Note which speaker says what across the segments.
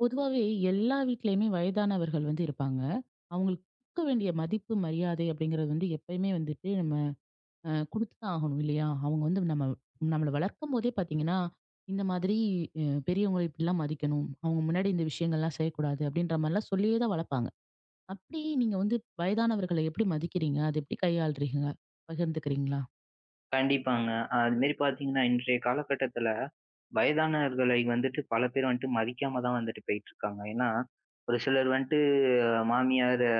Speaker 1: பொதுவாவே எல்லா வீட்லயுமே வயதானவர்கள் வந்து இருப்பாங்க. அவங்களுக்கு குடுக்க வேண்டிய மதிப்பு, மரியாதை அப்படிங்கிறது வந்து எப்பயுமே வந்துட்டு நம்ம குடுத்து தான் ஆகணும் இல்லையா? அவங்க வந்து நம்மள வளர்க்கும்போதே பார்த்தீங்கன்னா, இந்த மாதிரி அ பெரியவங்கள இப்படிலாம் மதிக்கணும். அவங்க முன்னாடி இந்த விஷயங்கள்லாம் செய்யக்கூடாது அப்படின்ற மாரிலாம் சொல்லியே தான் வளர்ப்பாங்க. அப்படி நீங்க வந்து வயதானவர்கள எப்படி மதிக்கிறீங்க? அத எப்படி கையாளுறீங்க? பகிர்ந்துக்கிறீங்களா?
Speaker 2: கண்டிப்பாங்க. அது மாரி பார்த்தீங்கன்னா, இன்றைய காலகட்டத்தில வயதானவர்களை வந்துட்டு பல பேர் வந்துட்டு மதிக்காம தான் வந்துட்டு போயிட்டுருக்காங்க. ஏன்னா, ஒரு சிலர் வந்துட்டு மாமியார்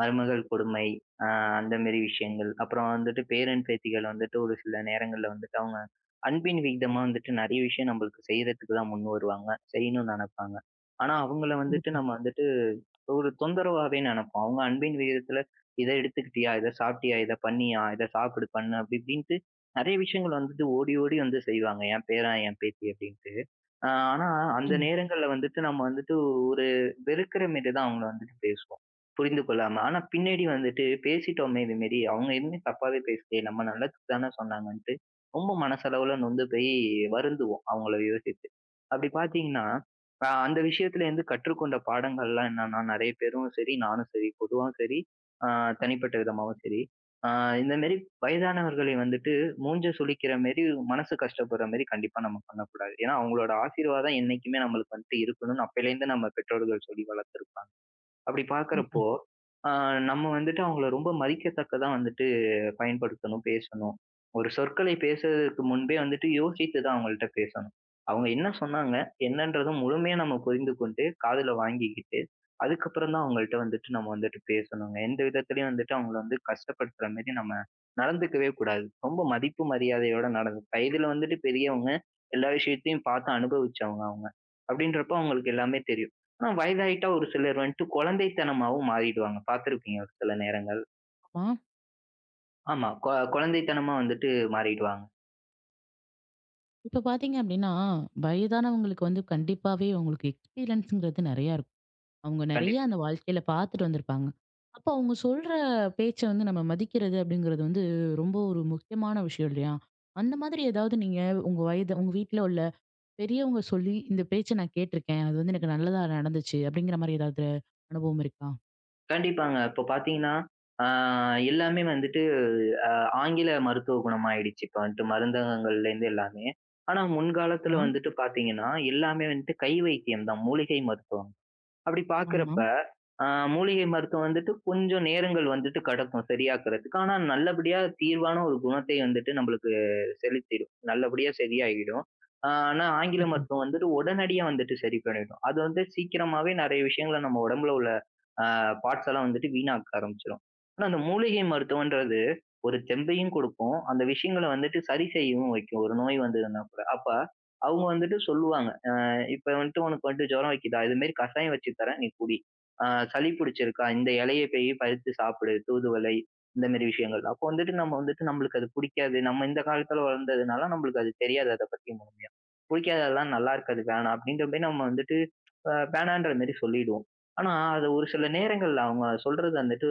Speaker 2: மருமகள் கொடுமை, அ அந்த மாரி விஷயங்கள். அப்புறம் வந்துட்டு பேரன், பேத்திகள் வந்துட்டு ஒரு சில நேரங்கள்ல வந்துட்டு அவங்க அன்பின் விகிதமா வந்துட்டு நெறைய விஷயம் நம்மளுக்கு செய்றதுக்கு தான் முன் வருவாங்க. செய்யணும்னு நெனைப்பாங்க. ஆனா, அவங்கள வந்துட்டு
Speaker 1: கண்டிப்பா,
Speaker 2: நம்ம வந்துட்டு ஒரு தொந்தரவாவே நெனைப்போம். அவங்க அன்பின் விகிதத்தில இத எடுத்துக்கிட்டியா? இத சாப்பிட்டியா? இத பண்ணியா? இத சாப்பிடு, பண்ணு அப்படி இப்படின்ட்டு நெறைய விஷயங்கள் வந்துட்டு ஓடி, ஓடி வந்து செய்வாங்க. என் பேரன், என் பேத்தி அப்படின்ட்டு. ஆனா, அந்த
Speaker 1: நிச்சயமா,
Speaker 2: நேரங்கள்ல வந்துட்டு நம்ம வந்துட்டு ஒரு வெறுக்கிற மாரி தான் அவங்கள வந்துட்டு பேசுவோம். புரிந்து கொள்ளாம. ஆனா பின்னாடி வந்துட்டு பேசிட்டோமே இது மாரி, அவங்க எதுவுமே தப்பாவே பேசலையே, நம்ம நல்லதுக்கு தானே சொன்னாங்கன்ட்டு, ரொம்ப மனசளவுல நொந்து போய் வருந்துவோம் அவங்கள யோசித்து. அப்படி பார்த்தீங்கன்னா, அந்த விஷயத்துலேருந்து கற்றுக்கொண்ட பாடங்கள்லாம் என்னன்னா, நெறைய பேரும் சரி, நானும் சரி, பொதுவாவும் சரி, அ தனிப்பட்ட விதமாவும் சரி, அ இந்த மாரி வயதானவர்களை வந்துட்டு மூஞ்ச சுளிக்கிற மாரி, மனசு கஷ்டப்படுற மாரி கண்டிப்பா நம்ம பண்ணக்கூடாது. ஏன்னா, அவங்களோட ஆசீர்வாதம் என்னைக்குமே நம்மளுக்கு வந்துட்டு இருக்கணும்னு அப்பயிலேருந்து நம்ம பெற்றோர்கள் சொல்லி வளர்த்துருப்பாங்க. அப்படி
Speaker 1: கண்டிப்பா.
Speaker 2: பார்க்கிறப்போ, ஆ நம்ம வந்துட்டு அவங்கள ரொம்ப மதிக்கத்தக்கதா வந்துட்டு பயன்படுத்தணும், பேசணும். ஒரு சொற்களை பேசுறதுக்கு முன்பே வந்துட்டு யோசித்து தான் அவங்கள்ட்ட பேசணும். அவங்க என்ன சொன்னாங்க, என்னன்றத முழுமையா நம்ம புரிந்து கொண்டு, காதுல வாங்கிக்கிட்டு, அதுக்கப்புறம் தான் அவங்கள்ட்ட வந்துட்டு நம்ம வந்துட்டு பேசணுங்க. எந்த விதத்திலயும் வந்துட்டு அவங்கள வந்து கஷ்டப்படுத்துற மாரி நம்ம நடந்துக்கவே கூடாது. ரொம்ப மதிப்பு மரியாதையோட நடந்து வயதுல வந்துட்டு பெரியவங்க, எல்லா விஷயத்தையும் பார்த்து அனுபவிச்சவங்க அவங்க. அப்படின்றப்போ அவங்களுக்கு எல்லாமே தெரியும். ஆனா வயதாயிட்டா ஒரு சிலர் வந்துட்டு குழந்தைத்தனமாவும் மாறிடுவாங்க. பார்த்திருப்பீங்க ஒரு சில நேரங்கள்.
Speaker 1: ஆமா.
Speaker 2: ஆமா. குழந்தைத்தனமா வந்துட்டு மாறிடுவாங்க.
Speaker 1: இப்ப பார்த்தீங்க அப்படின்னா, வயதானவங்களுக்கு வந்து கண்டிப்பாவே உங்களுக்கு எக்ஸ்பீரியன்ஸ்ங்கிறது நெறையா இருக்கும். அவங்க நெறைய
Speaker 2: கண்டிப்பா,
Speaker 1: அந்த வாழ்க்கையில பார்த்துட்டு வந்திருப்பாங்க. அப்போ அவங்க சொல்ற பேச்ச வந்து நம்ம மதிக்கிறது அப்படிங்கிறது வந்து ரொம்ப ஒரு முக்கியமான விஷயம் இல்லையா? அந்த மாதிரி
Speaker 2: கண்டிப்பா.
Speaker 1: ஏதாவது நீங்க உங்க வயது உங்க வீட்ல உள்ள பெரியவங்க சொல்லி, இந்த பேச்ச நான் கேட்டிருக்கேன். அது வந்து எனக்கு நல்லதா நடந்துச்சு அப்படிங்கிற மாரி ஏதாவது அனுபவம் இருக்கா?
Speaker 2: கண்டிப்பாங்க. இப்போ பார்த்தீங்கன்னா, ஆ எல்லாமே வந்துட்டு அ ஆங்கில மருத்துவ குணமாயிடுச்சு. இப்ப வந்துட்டு மருந்தகங்கள்லேருந்து எல்லாமே. ஆனா முன்காலத்துல
Speaker 1: ஆமா,
Speaker 2: வந்துட்டு பார்த்தீங்கன்னா, எல்லாமே வந்துட்டு கை வைத்தியம் தான். மூலிகை மருத்துவம். அப்படி
Speaker 1: ஆமா.
Speaker 2: பார்க்கிறப்ப ஆ மூலிகை மருத்துவம் வந்துட்டு கொஞ்சம் நேரங்கள் வந்துட்டு கடக்கும் சரியாக்குறதுக்கு. ஆனா, நல்லபடியா தீர்வான ஒரு குணத்தை வந்துட்டு நம்மளுக்கு செலுத்திடும். நல்லபடியா சரியாகிடும். ஆனா ஆங்கில
Speaker 1: கண்டிப்பா,
Speaker 2: மருத்துவம் வந்துட்டு உடனடியா வந்துட்டு சரி பண்ணிடும். அது வந்து சீக்கிரமாவே நெறைய விஷயங்கள நம்ம உடம்புல உள்ள ஆ பார்ட்ஸ் எல்லாம் வந்துட்டு வீணாக்க ஆரம்பிச்சுரும். ஆனா அந்த மூலிகை மருத்துவம்ன்றது ஒரு தெம்பையும் கொடுக்கும். அந்த விஷயங்கள வந்துட்டு சரி செய்யவும் வைக்கும். ஒரு நோய் வந்ததுன்னா கூட. அப்ப அவங்க வந்துட்டு சொல்லுவாங்க. இப்ப வந்துட்டு உனக்கு வந்துட்டு ஜுரம் வைக்குதா? இது மாரி கஷாயம் வச்சு தரேன் நீ குடி. ஆ சளி பிடிச்சிருக்கா, இந்த இலைய போய் பறிச்சு சாப்பிடு, தூதுவளை இந்த மாரி விஷயங்கள். அப்போ வந்துட்டு நம்ம வந்துட்டு நம்மளுக்கு அது புடிக்காது. நம்ம இந்த காலத்துல வளர்ந்ததுனால நம்மளுக்கு அது தெரியாது அத பத்தி முழுமையா. புடிக்காது அதெல்லாம் நல்லா இருக்காது, வேணாம் அப்படின்ற மாரி நம்ம வந்துட்டு வேணான்ற மாரி சொல்லிடுவோம். ஆனா அது ஒரு சில நேரங்கள்ல அவங்க சொல்றது வந்துட்டு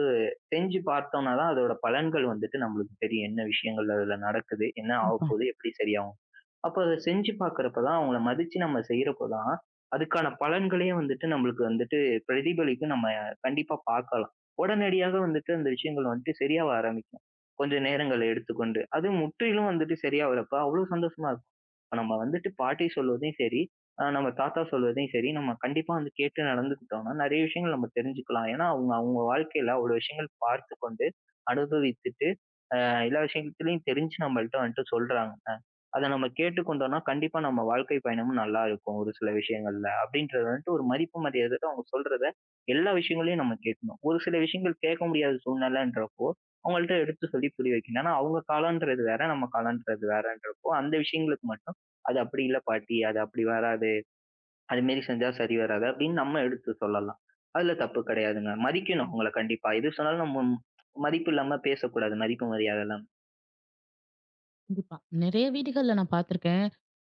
Speaker 2: செஞ்சு பார்த்தோம்னா தான் அதோட பலன்கள் வந்துட்டு நம்மளுக்கு தெரியும். என்ன விஷயங்கள் அதுல நடக்குது? என்ன
Speaker 1: கண்டிப்பா,
Speaker 2: ஆகப்போகுது? எப்படி சரியாகும்? அப்ப அத செஞ்சு பார்க்கிறப்ப தான், அவங்கள மதிச்சு நம்ம செய்யறப்ப தான், அதுக்கான பலன்களே வந்துட்டு நம்மளுக்கு வந்துட்டு பிரதிபலிக்கும். நம்ம கண்டிப்பா பார்க்கலாம். உடனடியாக வந்துட்டு அந்த விஷயங்கள் வந்துட்டு சரியாக ஆரம்பிக்கும். கொஞ்சம் நேரங்கள் எடுத்துக்கொண்டு. அது முற்றிலும் வந்துட்டு சரியாவறப்ப அவ்ளோ சந்தோஷமா இருக்கும். இப்ப நம்ம வந்துட்டு பாட்டி சொல்வதையும் சரி, நம்ம தாத்தா சொல்வதையும் சரி, நம்ம கண்டிப்பா வந்து கேட்டு நடந்துக்கிட்டோம்னா, நெறைய விஷயங்கள் நம்ம தெரிஞ்சுக்கலாம். ஏன்னா, அவங்க அவங்க வாழ்க்கையில அவ்ளோ விஷயங்கள் பார்த்துக்கொண்டு, அனுபவித்துட்டு, அ எல்லா விஷயத்துலயும் தெரிஞ்சு நம்மள்ட்ட வந்துட்டு சொல்றாங்க. அத நம்ம கேட்டுக்கொண்டோம்னா, கண்டிப்பா நம்ம வாழ்க்கை பயணமும் நல்லா இருக்கும் ஒரு சில விஷயங்கள்ல. அப்படின்றது வந்துட்டு ஒரு மதிப்பு மரியாதையோட அவங்க சொல்றத எல்லா விஷயங்களையும் நம்ம கேட்கணும். ஒரு சில விஷயங்கள் கேட்க முடியாத சூழ்நிலைன்றப்போ, அவங்கள்ட்ட எடுத்து சொல்லி புரிய வைக்கணும். ஏன்னா அவங்க காலம்ன்றது வேற, நம்ம காலம்ன்றது வேறன்றப்போ, அந்த விஷயங்களுக்கு மட்டும் "அது அப்படி இல்ல பாட்டி, அது அப்படி வராது. அது மாரி செஞ்சா சரி வராது" அப்படின்னு நம்ம எடுத்து சொல்லலாம். அதுல தப்பு கிடையாதுங்க. மதிக்கணும் அவங்கள கண்டிப்பா. எது சொன்னாலும் நம்ம மதிப்பு இல்லாம பேசக்கூடாது. மதிப்பு மரியாதை இல்லாம.
Speaker 1: கண்டிப்பா. நெறைய வீடுகள்ல நான் பார்த்துருக்கேன்.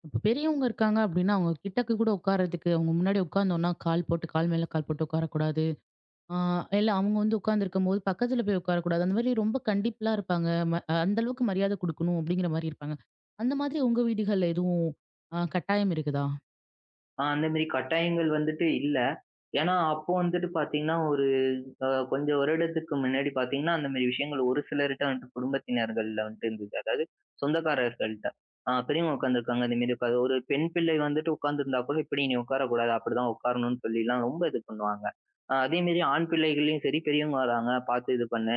Speaker 1: இப்ப பெரியவங்க இருக்காங்க அப்படின்னா, அவங்க கிட்டக்க கூட உட்கார்றதுக்கு அவங்க முன்னாடி உட்கார்ந்தோம்னா, கால் போட்டு கால் மேல கால் போட்டு உட்காரக்கூடாது. ஆ இல்ல அவங்க வந்து உட்கார்ந்திருக்கும்போது பக்கத்துல போய் உட்காரக்கூடாது. அந்த மாதிரி ரொம்ப கண்டிப்புலாம் இருப்பாங்க. அந்த அளவுக்கு மரியாதை குடுக்கணும் அப்படிங்கிற மாரி இருப்பாங்க. அந்த மாதிரி உங்க வீடுகள்ல எதுவும் கட்டாயம் இருக்குதா?
Speaker 2: அந்த மாரி கட்டாயங்கள் வந்துட்டு இல்ல. ஏன்னா, அப்போ வந்துட்டு பார்த்தீங்கன்னா, ஒரு கொஞ்சம் வருடத்துக்கு முன்னாடி பார்த்தீங்கன்னா, அந்த மாரி விஷயங்கள் ஒரு சிலர்ட்ட வந்துட்டு குடும்பத்தினர்கள்ல வந்துட்டு இருந்தது. அதாவது சொந்தக்காரர்கள்ட்ட. பெரியவங்க உட்காந்துருக்காங்க, இந்த மாரி உட்காரு ஒரு பெண் பிள்ளை வந்துட்டு உட்காந்துருந்தா கூட, "இப்படி நீ உட்காரக்கூடாது, அப்படிதான் உட்காரணும்னு" சொல்லிலாம் ரொம்ப இது பண்ணுவாங்க. அதே மாரி ஆண் பிள்ளைகள்லயும் சரி, பெரியவங்க வராங்க, பார்த்து இது பண்ணு,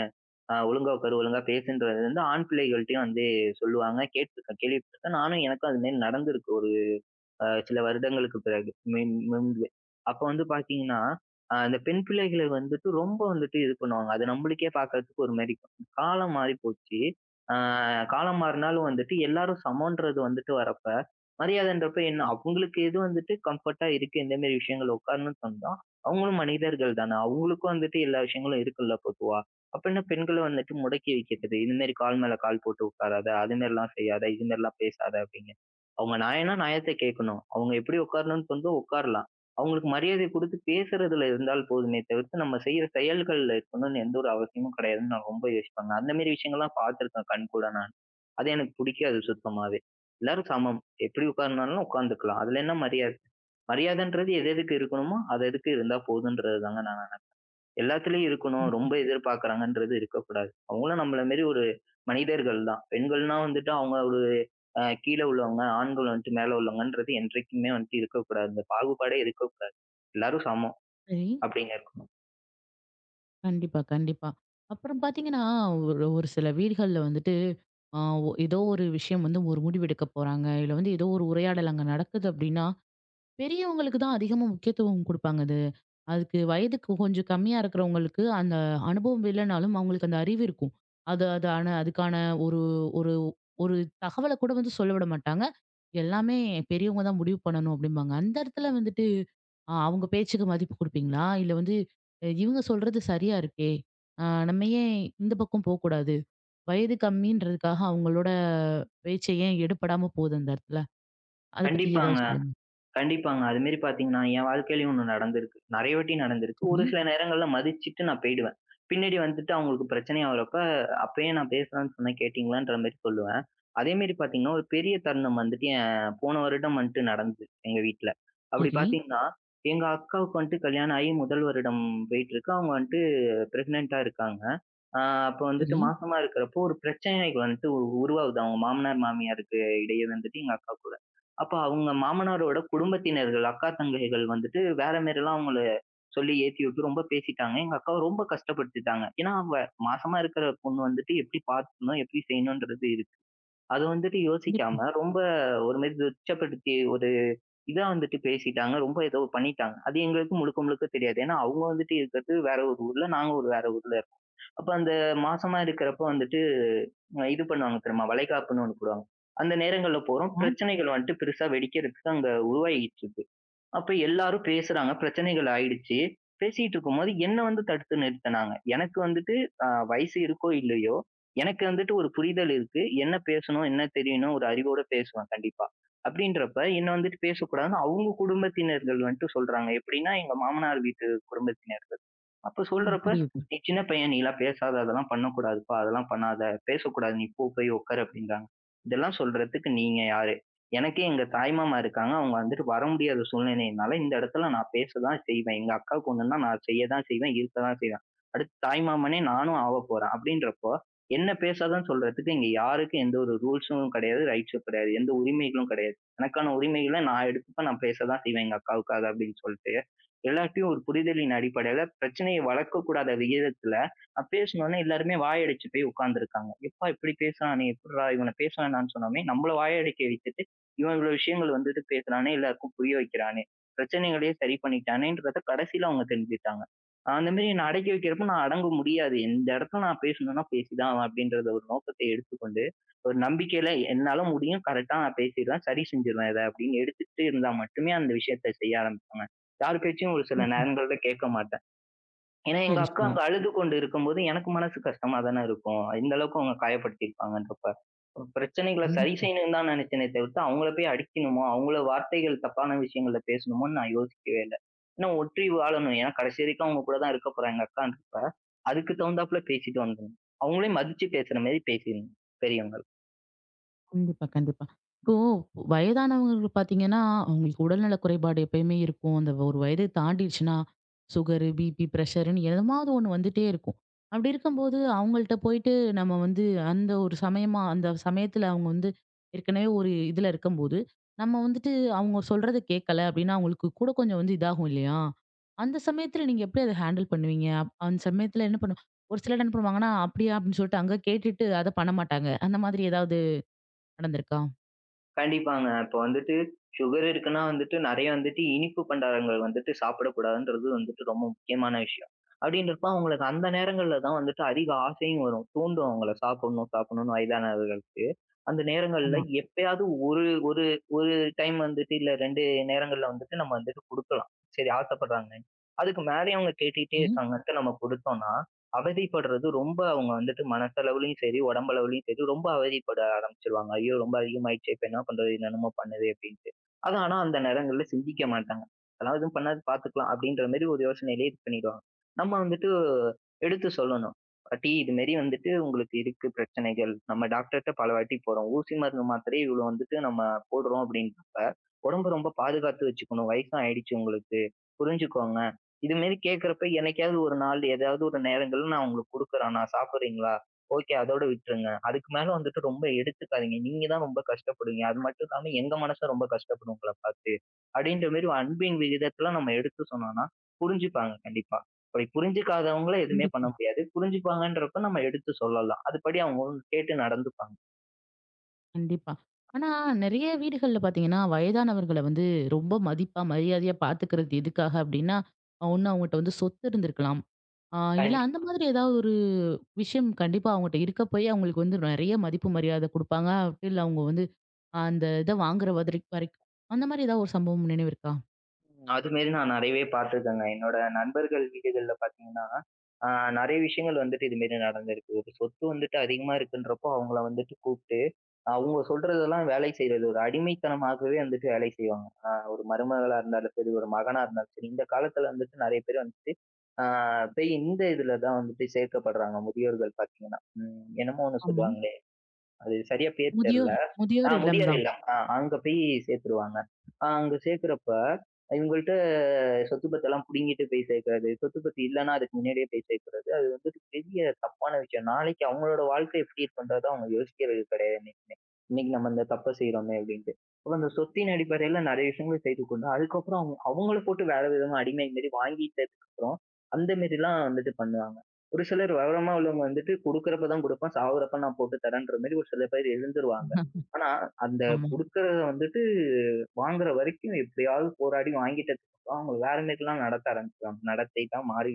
Speaker 2: ஒழுங்கா உட்காரு, ஒழுங்கா பேசுன்றது வந்து ஆண் பிள்ளைகள்ட்டயும் வந்து சொல்லுவாங்க. கேட்டுருக்கேன், கேள்விப்பட்டுருக்கேன். நானும் எனக்கும் அது மாரி நடந்திருக்கு. சில வருடங்களுக்கு பிறகு. முன்பு. அப்ப வந்து பார்த்தீங்கன்னா, அந்த பெண் பிள்ளைகளை வந்துட்டு ரொம்ப வந்துட்டு இது பண்ணுவாங்க. அது நம்மளுக்கே பார்க்கறதுக்கு ஒரு மாரி காலம் மாறிப் போச்சு. அ காலம் மாறினாலும் வந்துட்டு எல்லாரும் சமம்ன்றது வந்துட்டு வரப்ப, மரியாதைன்றப்ப என்ன அவங்களுக்கு எது வந்துட்டு கம்ஃபர்ட்டா இருக்கு, இந்த மாரி விஷயங்கள் உட்காரணும்னு சொன்னா, அவங்களும் மனிதர்கள் தானே. அவங்களுக்கும் வந்துட்டு எல்லா விஷயங்களும் இருக்குல்ல பொதுவா. அப்ப என்ன பெண்கள வந்துட்டு முடக்கி வைக்கிறது. இது மாரி கால் மேல கால் போட்டு உட்காராத, அது மாரிலாம் செய்யாத, இது மாரிலாம் பேசாத அப்படின்னு. அவங்க நாயன்னா நியாயத்த கேட்கணும். அவங்க எப்படி உட்காரணும்னு தோணுதோ உட்காரலாம். அவங்களுக்கு மரியாதை குடுத்து பேசுறதுல இருந்தால் போதுமே தவிர்த்து, நம்ம செய்ற செயல்கள்ல இருக்கணும்னு எந்த ஒரு அவசியமும் கெடையாதுன்னு நான் ரொம்ப யோசிப்பேங்க. அந்த மாரி விஷயங்கள்லாம் பார்த்துருக்கேன் கண்கூடா நான். அது எனக்கு பிடிக்காது சுத்தமாவே. எல்லாரும் சமம். எப்படி உட்கார்ந்தாலும் உட்கார்ந்துக்கலாம். அதுல என்ன மரியாதை? மரியாதைன்றது எது எதுக்கு இருக்கணுமோ, அது அதுக்கு இருந்தா போதுன்றதுதாங்க நான் எல்லாத்துலயும் இருக்கணும்.
Speaker 1: ம்.
Speaker 2: ரொம்ப எதிர்பார்க்குறாங்கன்றது இருக்கக்கூடாது. அவங்களும் நம்மள மாரி ஒரு மனிதர்கள் தான். பெண்கள்னா வந்துட்டு அவங்க ஒரு கீழ உள்ளவங்க, ஆண்கள் வந்துட்டு மேல உள்ளவங்கன்றது என்றைக்குமே வந்துட்டு இருக்கக்கூடாது. இந்த பாகுபாடே இருக்கக்கூடாது. எல்லாரும் சமம்
Speaker 1: சரி.
Speaker 2: அப்படின்னு இருக்கணும்.
Speaker 1: கண்டிப்பா, கண்டிப்பா. அப்புறம் பார்த்தீங்கன்னா, ஒரு ஒரு சில வீடுகள்ல வந்துட்டு ஆ ஒ ஏதோ ஒரு விஷயம் வந்து ஒரு முடிவெடுக்க போறாங்க. இல்ல வந்து ஏதோ ஒரு உரையாடல் அங்க நடக்குது அப்படின்னா, பெரியவங்களுக்கு தான் அதிகமா முக்கியத்துவம் குடுப்பாங்க. அது அதுக்கு வயதுக்கு கொஞ்சம் கம்மியா இருக்கிறவங்களுக்கு அந்த அனுபவம் இல்லைனாலும் அவங்களுக்கு அந்த அறிவு இருக்கும். அதான அதுக்கான ஒரு ஒரு ஒரு தகவல கூட வந்து சொல்ல விட மாட்டாங்க. எல்லாமே பெரியவங்க தான் முடிவு பண்ணணும் அப்படிம்பாங்க. அந்த இடத்துல வந்துட்டு அவங்க பேச்சுக்கு மதிப்பு குடுப்பீங்களா? இல்ல வந்து இவங்க சொல்றது சரியா இருக்கே! அ நம்ம ஏன் இந்த பக்கம் போக்கூடாது? வயது கம்மின்றதுக்காக அவங்களோட பேச்ச ஏன் எடுபடாம போகுது அந்த இடத்துல? அத பத்தி
Speaker 2: கண்டிப்பாங்க.
Speaker 1: ஏதாவது சொல்லுங்க.
Speaker 2: கண்டிப்பாங்க. அதுமாரி பார்த்தீங்கன்னா, என் வாழ்க்கையிலயும் ஒண்ணு நடந்திருக்கு. நெறைய வாட்டி நடந்திருக்கு. ஒரு
Speaker 1: சரி,
Speaker 2: சில நேரங்கள்ல மதிச்சுட்டு நான் போயிடுவேன். பின்னாடி வந்துட்டு அவங்களுக்கு பிரச்சனை ஆகுறப்ப, அப்பயே நான் பேசுறேன்னு சொன்னேன் கேட்டீங்களான்ற மாரி சொல்லுவேன். அதேமாரி பார்த்தீங்கன்னா, ஒரு பெரிய தருணம் வந்துட்டு என் போன வருடம் வந்துட்டு நடந்தது எங்க வீட்ல. அப்படி
Speaker 1: சரி,
Speaker 2: பார்த்தீங்கன்னா, எங்க அக்காவுக்கு வந்துட்டு கல்யாணம் ஆகி முதல் வருடம் போயிட்டுருக்கு. அவங்க வந்துட்டு பிரெக்னன்ட்டா இருக்காங்க. ஆ அப்ப வந்துட்டு
Speaker 1: சரி.
Speaker 2: மாசமா இருக்கிறப்போ ஒரு பிரச்சனைகள் வந்துட்டு உருவாகுது. அவங்க மாமனார், மாமியாருக்கு இடையே வந்துட்டு எங்க அக்கா கூட. அப்ப அவங்க மாமனாரோட குடும்பத்தினர்கள், அக்கா, தங்கைகள் வந்துட்டு வேற மாரிலாம் அவங்கள சொல்லி ஏத்தி விட்டு ரொம்ப பேசிட்டாங்க. எங்க அக்காவ ரொம்ப கஷ்டப்படுத்திட்டாங்க. ஏன்னா, அவ மாசமா இருக்கிற பொண்ணு வந்துட்டு எப்படி பார்த்துக்கணும், எப்படி செய்யணுன்றது இருக்கு. அத வந்துட்டு
Speaker 1: கண்டிப்பா.
Speaker 2: யோசிக்காம ரொம்ப ஒரு மாரி துச்சப்படுத்தி ஒரு இதா வந்துட்டு பேசிட்டாங்க. ரொம்ப ஏதோ பண்ணிட்டாங்க. அது எங்களுக்கு முழுக்க முழுக்க தெரியாது. ஏன்னா அவங்க வந்துட்டு இருக்கிறது வேற ஒரு ஊர்ல, நாங்க ஒரு வேற ஊர்ல அப்ப அந்த மாசமா இருக்கிறப்போ வந்துட்டு, இது பண்ணுவாங்க தெரியுமா? வளைகாப்புன்னு ஒண்ணு போடுவாங்க. அந்த நேரங்கள்ல போறோம்.
Speaker 1: ஆ.
Speaker 2: பிரச்சனைகள் வந்துட்டு பெருசா வெடிக்கிறதுக்கு அங்க உருவாகிட்டு இருக்கு. அப்ப எல்லாரும் பேசுறாங்க. பிரச்சனைகள் ஆயிடுச்சு. பேசிட்டு இருக்கும்போது என்ன வந்து தடுத்து நிறுத்துனாங்க. எனக்கு வந்துட்டு வயசு இருக்கோ இல்லையோ, எனக்கு வந்துட்டு ஒரு புரிதல் இருக்கு. என்ன பேசணும்? என்ன தெரியணும்? ஒரு அறிவோட பேசுவேன் கண்டிப்பா. அப்படின்றப்ப என்ன வந்துட்டு பேசக்கூடாதுன்னு அவங்க குடும்பத்தினர்கள் வந்துட்டு சொல்றாங்க. எப்படின்னா, எங்க மாமனார் வீட்டு குடும்பத்தினர்கள். அப்ப
Speaker 1: ம்.
Speaker 2: சொல்றப்ப,
Speaker 1: புரியுது.
Speaker 2: "நீ சின்ன பையன். நீலாம் பேசாத. அதெல்லாம் பண்ணக்கூடாதுப்பா. அதெல்லாம் பண்ணாத. பேசக்கூடாது. நீ போ போய் உட்காரு" அப்படின்றாங்க. இதெல்லாம் சொல்றதுக்கு நீங்க யாரு? எனக்கே எங்க தாய்மாமா இருக்காங்க. அவங்க வந்துட்டு வர முடியாத சூழ்நிலையினால இந்த இடத்துல நான் பேசதான் செய்வேன். எங்க அக்காவுக்கு ஒண்ணுன்னா நான் செய்யதான் செய்வேன், இருக்கதான் செய்வேன். அடுத்து தாய்மாமனே நானும் ஆவப் போறேன். அப்படின்றப்போ, என்ன பேசாதன்னு சொல்றதுக்கு இங்க யாருக்கும் எந்த ஒரு ரூல்ஸும் கிடையாது, ரைட்ஸும் கிடையாது. எந்த உரிமைகளும் கிடையாது. எனக்கான உரிமைகள நான் எடுத்துப்பேன். நான் பேசதான் செய்வேன் எங்க அக்காவுக்காக அப்படின்னு சொல்ட்டு. எல்லார்ட்டயும் ஒரு புரிதலின் அடிப்படையில பிரச்சனைய வளர்க்கக்கூடாத விகிதத்துல, நான் பேசினோனே எல்லாருமே வாயடிச்சு போய் உட்கார்ந்துருக்காங்க. "எப்பா இப்படி பேசுறானே! எப்புட்றா இவன பேச வேணாம்னு சொன்னோமே, நம்மள வாயடிக்க வச்சுட்டு, இவன் இவ்வளவு விஷயங்கள் வந்துட்டு பேசுறானே! எல்லாருக்கும் புரிய வைக்கிறானே! பிரச்சனைகளையே சரி பண்ணிட்டானேன்றத" கடைசியில அவங்க தெரிஞ்சுக்கிட்டாங்க. அந்த மாரி என்ன அடக்கி வைக்கிறப்போ நான் அடங்க முடியாது. இந்த இடத்துல நான் பேசணும்னா பேசிதான் ஆவேன் அப்படின்றத ஒரு நோக்கத்த எடுத்துக்கொண்டு, ஒரு நம்பிக்கையில என்னால முடியும், கரெக்ட்டா நான் பேசிருவேன், சரி செஞ்சுருவேன் இத அப்படின்னு எடுத்துட்டு இருந்தா மட்டுமே அந்த விஷயத்த செய்ய ஆரம்பிப்பாங்க. யார் பேச்சையும் ஒரு சில நேரங்கள்ல கேட்க மாட்டேன். ஏன்னா எங்க
Speaker 1: சரி,
Speaker 2: அக்கா
Speaker 1: சரி.
Speaker 2: அங்க அழுது கொண்டு இருக்கும்போது எனக்கு மனசு கஷ்டமா தானே இருக்கும். இந்த அளவுக்கு அவங்க காயப்படுத்தியிருப்பாங்கன்றப்ப. பிரச்சனைகள சரி
Speaker 1: ம்.
Speaker 2: செய்யணும்னு தான் நினைச்சேனே தவிர்த்து, அவங்கள போய் அடிக்கணுமோ, அவங்கள வார்த்தைகள் தப்பான விஷயங்கள்ல பேசணுமோன்னு நான் யோசிக்கவே இல்ல. ஏன்னா ஒற்றி வாழணும். ஏன்னா கடைசி வரைக்கும் அவங்க கூட தான் இருக்க போறேன் எங்க அக்கான்றப்ப, அதுக்கு தகுந்தாப்புல பேசிட்டு வந்தேன். அவங்களையும் மதிச்சு பேசுற மாரி பேசியிருந்தேன் பெரியவங்கள.
Speaker 1: கண்டிப்பா, கண்டிப்பா. இப்போ வயதானவங்களுக்கு பார்த்தீங்கன்னா, அவங்களுக்கு உடல்நல குறைபாடு எப்பயுமே இருக்கும். அந்த ஒரு வயதை தாண்டிடுச்சுன்னா, சுகரு, பிபி, பிரஷர்ன்னு எதமாவது ஒண்ணு வந்துட்டே இருக்கும். அப்படி இருக்கும்போது அவங்கள்ட்ட போயிட்டு நம்ம வந்து அந்த ஒரு சமயமா அந்த சமயத்துல அவங்க வந்து ஏற்கனவே ஒரு இதுல இருக்கும்போது, நம்ம வந்துட்டு அவங்க சொல்றத கேட்கல அப்படின்னா, அவங்களுக்கு கூட கொஞ்சம் வந்து இதாகும் இல்லையா? அந்த சமயத்துல நீங்க எப்படி அத ஹேண்டில் பண்ணுவீங்க? அந்த சமயத்துல என்ன பண்ணுவ ஒரு சிலர் என்ன பண்ணுவாங்கன்னா, அப்படியா அப்படின்னு சொல்லிட்டு அங்க கேட்டுட்டு அத பண்ண மாட்டாங்க. அந்த மாதிரி ஏதாவது நடந்திருக்கா?
Speaker 2: கண்டிப்பாங்க. இப்ப வந்துட்டு சுகர் இருக்குன்னா வந்துட்டு நெறைய வந்துட்டு இனிப்பு பண்டாரங்கள் வந்துட்டு சாப்பிடக்கூடாதுன்றது வந்துட்டு ரொம்ப முக்கியமான விஷயம். அப்டின்றப்ப அவங்களுக்கு அந்த நேரங்கள்ல தான் வந்துட்டு அதிக ஆசையும் வரும். தூண்டும் அவங்கள சாப்பிடணும், சாப்பிடணும்னு வயதானவர்களுக்கு. அந்த நேரங்கள்ல
Speaker 1: ஆமா.
Speaker 2: எப்பயாவது ஒரு ஒரு ஒரு டைம் வந்துட்டு இல்ல 2 நேரங்கள்ல வந்துட்டு நம்ம வந்துட்டு குடுக்கலாம். சரி ஆசைப்படுறாங்க. அதுக்கு மேலயும் அவங்க கேட்டுட்டே
Speaker 1: நெய்
Speaker 2: இருக்காங்கன்ட்டு நம்ம குடுத்தோம்னா, அவதிப்படுறது ரொம்ப அவங்க வந்துட்டு மனசளவுலயும் சரி, உடம்பளவுலயும் சரி ரொம்ப அவதிப்பட ஆரம்பிச்சுருவாங்க. ஐயோ! ரொம்ப அதிகமாயிடுச்சே! இப்ப என்ன பண்றது? என்னென்னமோ பண்ணுதே! அப்படின்ட்டு. அது ஆனா அந்த நேரங்கள்ல சிந்திக்க மாட்டாங்க. அதெல்லாம் எதுவும் பண்ணாது பார்த்துக்கலாம் அப்படின்ற மாரி ஒரு யோசனையிலேயே இது பண்ணிடுவாங்க. நம்ம வந்துட்டு எடுத்து சொல்லணும். பாட்டி இது மாரி வந்துட்டு உங்களுக்கு இருக்கு பிரச்சனைகள். நம்ம டாக்டர்ட்ட பல வாட்டி போறோம். ஊசி மருந்து மாத்திரை இவ்ளோ வந்துட்டு நம்ம போடுறோம் அப்படின்றப்ப, உடம்ப ரொம்ப பாதுகாத்து வச்சுக்கணும். வயசும் ஆயிடுச்சு உங்களுக்கு. புரிஞ்சுக்கோங்க. இது மாரி கேட்கிறப்ப, என்னைக்காவது ஒரு நாள், ஏதாவது ஒரு நேரங்கள்ல நான் உங்களுக்கு குடுக்குறேன் அண்ணா சாப்பிடுறீங்களா? ஓகே. அதோட விட்டுருங்க. அதுக்கு மேல வந்துட்டு ரொம்ப எடுத்துக்காதீங்க. நீங்க தான் ரொம்ப கஷ்டப்படுவீங்க. அது மட்டும் இல்லாம எங்க மனசும் ரொம்ப கஷ்டப்படும் உங்கள பார்த்து. அப்படின்ற மாரி ஒரு அன்பின் விகிதத்துல நம்ம எடுத்து சொன்னோம்னா, புரிஞ்சுப்பாங்க கண்டிப்பா. அப்படி புரிஞ்சுக்காதவங்கள எதுவுமே பண்ண
Speaker 1: கண்டிப்பா,
Speaker 2: முடியாது. புரிஞ்சுப்பாங்கன்றப்ப நம்ம எடுத்து சொல்லலாம். அதுபடி அவங்க கேட்டு நடந்துப்பாங்க.
Speaker 1: கண்டிப்பா. ஆனா நெறைய வீடுகள்ல பார்த்தீங்கன்னா, வயதானவர்கள வந்து ரொம்ப மதிப்பா, மரியாதையா பார்த்துக்கிறது எதுக்காக அப்டின்னா, ஒண்ணு அவங்கட்ட வந்து சொத்து இருந்திருக்கலாம். ஆ இல்ல அந்த
Speaker 2: கண்டிப்பா.
Speaker 1: மாதிரி ஏதாவது ஒரு விஷயம் கண்டிப்பா அவங்கட்ட இருக்க போய் அவங்களுக்கு வந்து நெறைய மதிப்பு, மரியாதை குடுப்பாங்க. இல்ல அவங்க வந்து அந்த இத வாங்குற மாதிரி வரைக்கும். அந்த மாரி ஏதாவது ஒரு சம்பவம் நினைவு இருக்கா?
Speaker 2: அது மாரி நான் நெறையவே பார்த்துருக்கேங்க. என்னோட நண்பர்கள் வீடுகள்ல பார்த்தீங்கன்னா, அ நெறைய விஷயங்கள் வந்துட்டு இது மாரி நடந்திருக்கு. ஒரு சொத்து வந்துட்டு அதிகமா இருக்குன்றப்போ, அவங்கள வந்துட்டு கூப்ட்டு, அவங்க சொல்றதெல்லாம் வேலை செய்றது. ஒரு அடிமைத்தனமாகவே வந்துட்டு வேலை செய்வாங்க. ஒரு மருமகளா இருந்தாலும் சரி, ஒரு மகனா இருந்தாலும் சரி, இந்த காலத்துல வந்துட்டு நெறைய பேர் வந்துட்டு, அ போய் இந்த இதுல தான் வந்துட்டு சேர்க்கப்படுறாங்க, முதியோர்கள் பார்த்தீங்கன்னா. ம் என்னமோ ஒண்ணு
Speaker 1: ஆமா.
Speaker 2: சொல்லுவாங்களே, அது சரியா பேர் தெர்ல.
Speaker 1: முதியோர்
Speaker 2: ஆ
Speaker 1: முதியோர் இல்லம்
Speaker 2: முதியோர்
Speaker 1: தான்.
Speaker 2: இல்லம். ஆ அங்க போய் சேர்த்துருவாங்க. அங்க சேர்க்கிறப்ப, இவங்கள்ட்ட சொத்து பத்தெல்லாம் புடுங்கிட்டு போய் சேர்க்கிறது. சொத்து பத்து இல்லன்னா அதுக்கு முன்னாடியே போய் சேர்க்கிறது. அது வந்துட்டு பெரிய தப்பான விஷயம். நாளைக்கு அவங்களோட வாழ்க்கை எப்படி இருக்குன்றத அவங்க யோசிக்கிறது கிடையாது என்னைக்குமே. இன்னைக்கு நம்ம இந்த தப்ப செய்றோமே அப்படின்ட்டு. அப்ப அந்த சொத்தின் அடிப்படையில நிறைய விஷயங்கள் செய்து கொண்டு, அதுக்கப்புறம் அவங்க அவங்கள போட்டு வேற விதமா அடிமை மாரி வாங்கிட்டதுக்கு அப்புறம், அந்த மாரிலாம் வந்துட்டு பண்ணுவாங்க. ஒரு சிலர் விவரமா உள்ளவங்க வந்துட்டு குடுக்குறப்ப தான் குடுப்பேன், சாகுறப்ப நான் போட்டு தரேன்ற மாரி ஒரு சில பேர் எழுந்துருவாங்க. ஆனா, அந்த
Speaker 1: ஆமா.
Speaker 2: குடுக்கறத வந்துட்டு வாங்குற வரைக்கும் எப்படியாவது போராடி வாங்கிட்டதுக்கப்புறம் அவங்க வேற மாரிலாம் நடத்த ஆரம்பிச்சுருவாங்க. நடத்தை தான் மாறி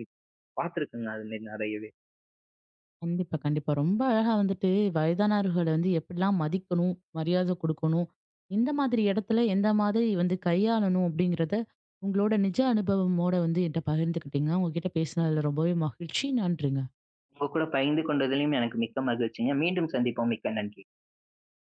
Speaker 2: பார்த்துருக்கேங்க அது மாரி நெறையவே.
Speaker 1: கண்டிப்பா, கண்டிப்பா. ரொம்ப அழகா வந்துட்டு வயதானவர்கள வந்து எப்படிலாம் மதிக்கணும், மரியாதை குடுக்கணும், எந்த மாதிரி இடத்துல எந்த மாதிரி வந்து கையாளணும் அப்படிங்கிறத உங்களோட நிஜ அனுபவமோட வந்து என்கிட்ட பகிர்ந்துக்கிட்டீங்க. உங்ககிட்ட பேசினதுல ரொம்பவே மகிழ்ச்சி. நன்றிங்க.
Speaker 2: உங்க கூட பகிர்ந்து கொண்டதிலும் எனக்கு மிக்க மகிழ்ச்சிங்க. மீண்டும் சந்திப்போம். மிக்க நன்றி.